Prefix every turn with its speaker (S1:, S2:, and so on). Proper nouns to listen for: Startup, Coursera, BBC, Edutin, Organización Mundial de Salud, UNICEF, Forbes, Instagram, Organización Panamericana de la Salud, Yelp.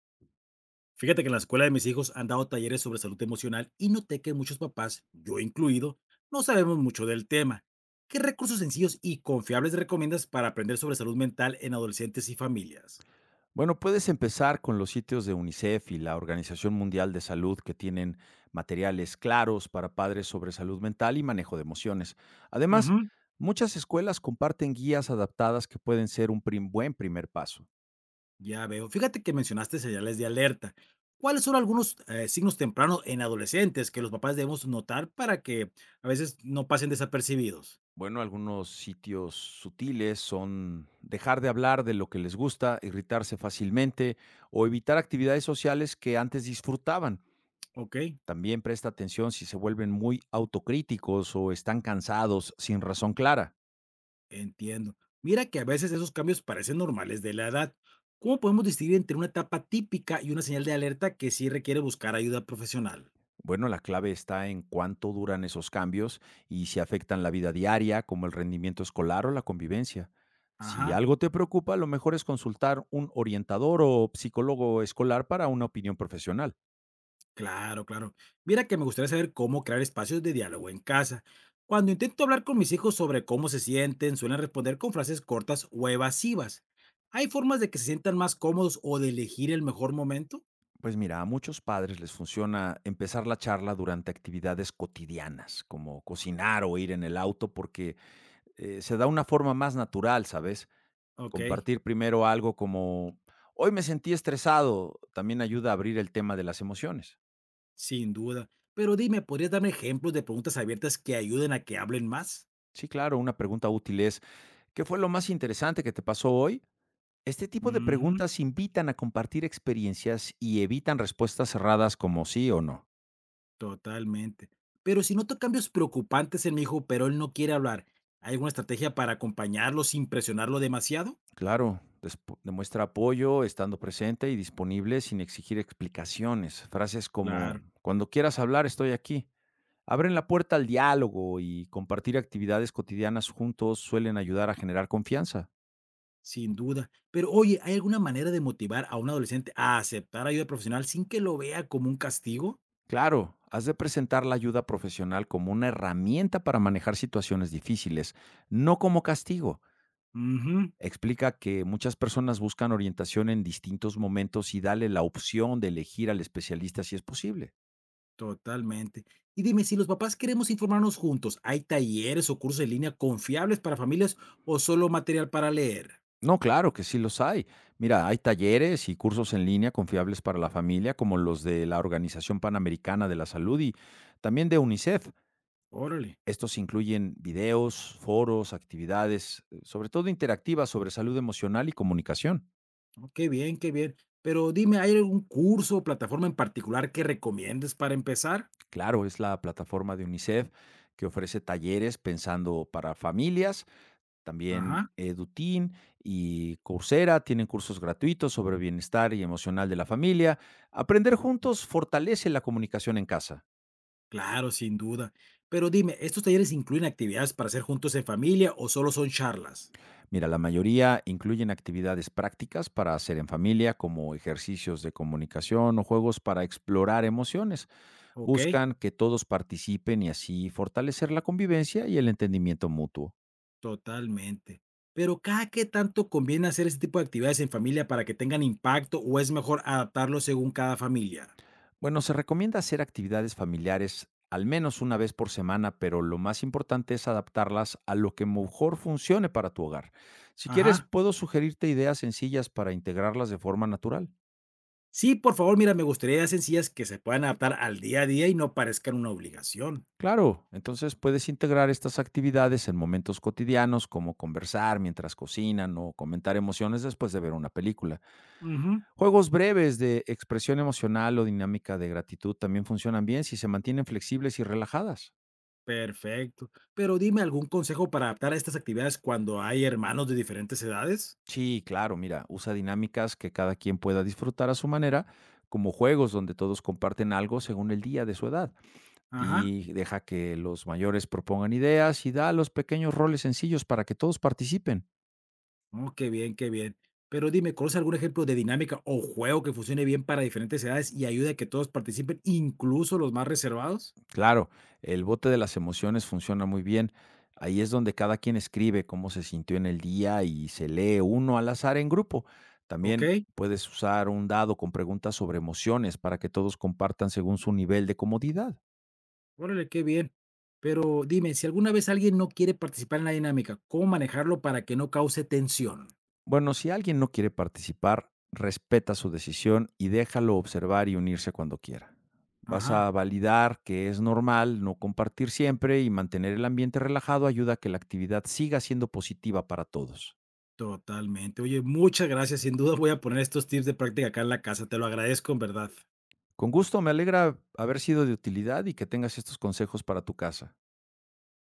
S1: Fíjate que en la escuela de mis hijos han dado talleres sobre salud emocional y noté que muchos papás, yo incluido, no sabemos mucho del tema. ¿Qué recursos sencillos y confiables recomiendas para aprender sobre salud mental en adolescentes y familias?
S2: Bueno, puedes empezar con los sitios de UNICEF y la Organización Mundial de Salud que tienen materiales claros para padres sobre salud mental y manejo de emociones. Además,
S1: Ujú,
S2: muchas escuelas comparten guías adaptadas que pueden ser un buen primer paso.
S1: ya veo. Fíjate que mencionaste señales de alerta. ¿Cuáles son algunos signos tempranos en adolescentes que los papás debemos notar para que a veces no pasen desapercibidos?
S2: Bueno, algunos sitios sutiles son dejar de hablar de lo que les gusta, irritarse fácilmente o evitar actividades sociales que antes disfrutaban.
S1: Ok.
S2: También presta atención si se vuelven muy autocríticos o están cansados sin razón clara.
S1: Entiendo. Mira que a veces esos cambios parecen normales de la edad. ¿Cómo podemos distinguir entre una etapa típica y una señal de alerta que sí requiere buscar ayuda profesional?
S2: Bueno, la clave está en cuánto duran esos cambios y si afectan la vida diaria, como el rendimiento escolar o la convivencia. Si
S1: Ajá,
S2: algo te preocupa, lo mejor es consultar un orientador o psicólogo escolar para una opinión profesional.
S1: claro, claro. Mira que me gustaría saber cómo crear espacios de diálogo en casa. Cuando intento hablar con mis hijos sobre cómo se sienten, suelen responder con frases cortas o evasivas. ¿Hay formas de que se sientan más cómodos o de elegir el mejor momento?
S2: Pues mira, a muchos padres les funciona empezar la charla durante actividades cotidianas, como cocinar o ir en el auto, porque se da una forma más natural, ¿sabes?
S1: Ok,
S2: Compartir primero algo como, hoy me sentí estresado, también ayuda a abrir el tema de las emociones.
S1: sin duda. Pero dime, ¿podrías darme ejemplos de preguntas abiertas que ayuden a que hablen más?
S2: Sí, claro, una pregunta útil es, ¿qué fue lo más interesante que te pasó hoy? Este tipo de
S1: Ujú.
S2: preguntas invitan a compartir experiencias y evitan respuestas cerradas como sí o no.
S1: Totalmente. Pero si noto cambios preocupantes en mi hijo, pero él no quiere hablar, ¿hay alguna estrategia para acompañarlo sin presionarlo demasiado?
S2: Claro, demuestra apoyo estando presente y disponible sin exigir explicaciones. Frases como,
S1: Claro,
S2: cuando quieras hablar, estoy aquí. Abren la puerta al diálogo y compartir actividades cotidianas juntos suelen ayudar a generar confianza.
S1: sin duda. Pero oye, ¿hay alguna manera de motivar a un adolescente a aceptar ayuda profesional sin que lo vea como un castigo?
S2: Claro, has de presentar la ayuda profesional como una herramienta para manejar situaciones difíciles, no como castigo.
S1: Ujú,
S2: Explica que muchas personas buscan orientación en distintos momentos y dale la opción de elegir al especialista si es posible.
S1: totalmente. Y dime, si los papás queremos informarnos juntos, ¿hay talleres o cursos en línea confiables para familias o solo material para leer?
S2: No, claro que sí los hay. Mira, hay talleres y cursos en línea confiables para la familia, como los de la Organización Panamericana de la Salud y también de UNICEF.
S1: Órale.
S2: Estos incluyen videos, foros, actividades, sobre todo interactivas sobre salud emocional y comunicación.
S1: Oh, qué bien, qué bien. Pero dime, ¿hay algún curso o plataforma en particular que recomiendes para empezar?
S2: Claro, es la plataforma de UNICEF que ofrece talleres pensando para familias, también
S1: Ajá,
S2: Edutin y Coursera tienen cursos gratuitos sobre bienestar y emocional de la familia. Aprender juntos fortalece la comunicación en casa.
S1: claro, sin duda. Pero dime, ¿estos talleres incluyen actividades para hacer juntos en familia o solo son charlas?
S2: Mira, la mayoría incluyen actividades prácticas para hacer en familia, como ejercicios de comunicación o juegos para explorar emociones.
S1: Ok,
S2: Buscan que todos participen y así fortalecer la convivencia y el entendimiento mutuo.
S1: totalmente. Pero ¿cada qué tanto conviene hacer este tipo de actividades en familia para que tengan impacto o es mejor adaptarlo según cada familia?
S2: Bueno, se recomienda hacer actividades familiares al menos 1 vez por semana, pero lo más importante es adaptarlas a lo que mejor funcione para tu hogar. Si quieres,
S1: Ajá.
S2: puedo sugerirte ideas sencillas para integrarlas de forma natural.
S1: Sí, por favor, mira, me gustaría ideas sencillas que se puedan adaptar al día a día y no parezcan una obligación.
S2: Claro, entonces puedes integrar estas actividades en momentos cotidianos como conversar mientras cocinan o comentar emociones después de ver una película.
S1: Ujú.
S2: Juegos breves de expresión emocional o dinámica de gratitud también funcionan bien si se mantienen flexibles y relajadas.
S1: Perfecto. Pero dime algún consejo para adaptar a estas actividades cuando hay hermanos de diferentes edades.
S2: Sí, claro, mira, usa dinámicas que cada quien pueda disfrutar a su manera, como juegos donde todos comparten algo según el día de su edad.
S1: Ajá.
S2: Y deja que los mayores propongan ideas y da los pequeños roles sencillos para que todos participen.
S1: Oh, qué bien, qué bien. Pero dime, ¿conoces algún ejemplo de dinámica o juego que funcione bien para diferentes edades y ayude a que todos participen, incluso los más reservados?
S2: Claro, el bote de las emociones funciona muy bien. Ahí es donde cada quien escribe cómo se sintió en el día y se lee uno al azar en grupo.
S1: Ok.
S2: También puedes usar un dado con preguntas sobre emociones para que todos compartan según su nivel de comodidad.
S1: Órale, qué bien. Pero dime, si alguna vez alguien no quiere participar en la dinámica, ¿cómo manejarlo para que no cause tensión?
S2: Bueno, si alguien no quiere participar, respeta su decisión y déjalo observar y unirse cuando quiera. Vas
S1: Ajá.
S2: a validar que es normal no compartir siempre y mantener el ambiente relajado ayuda a que la actividad siga siendo positiva para todos.
S1: Totalmente. Oye, muchas gracias. Sin duda voy a poner estos tips de práctica acá en la casa. Te lo agradezco en verdad.
S2: Con gusto, me alegra haber sido de utilidad y que tengas estos consejos para tu casa.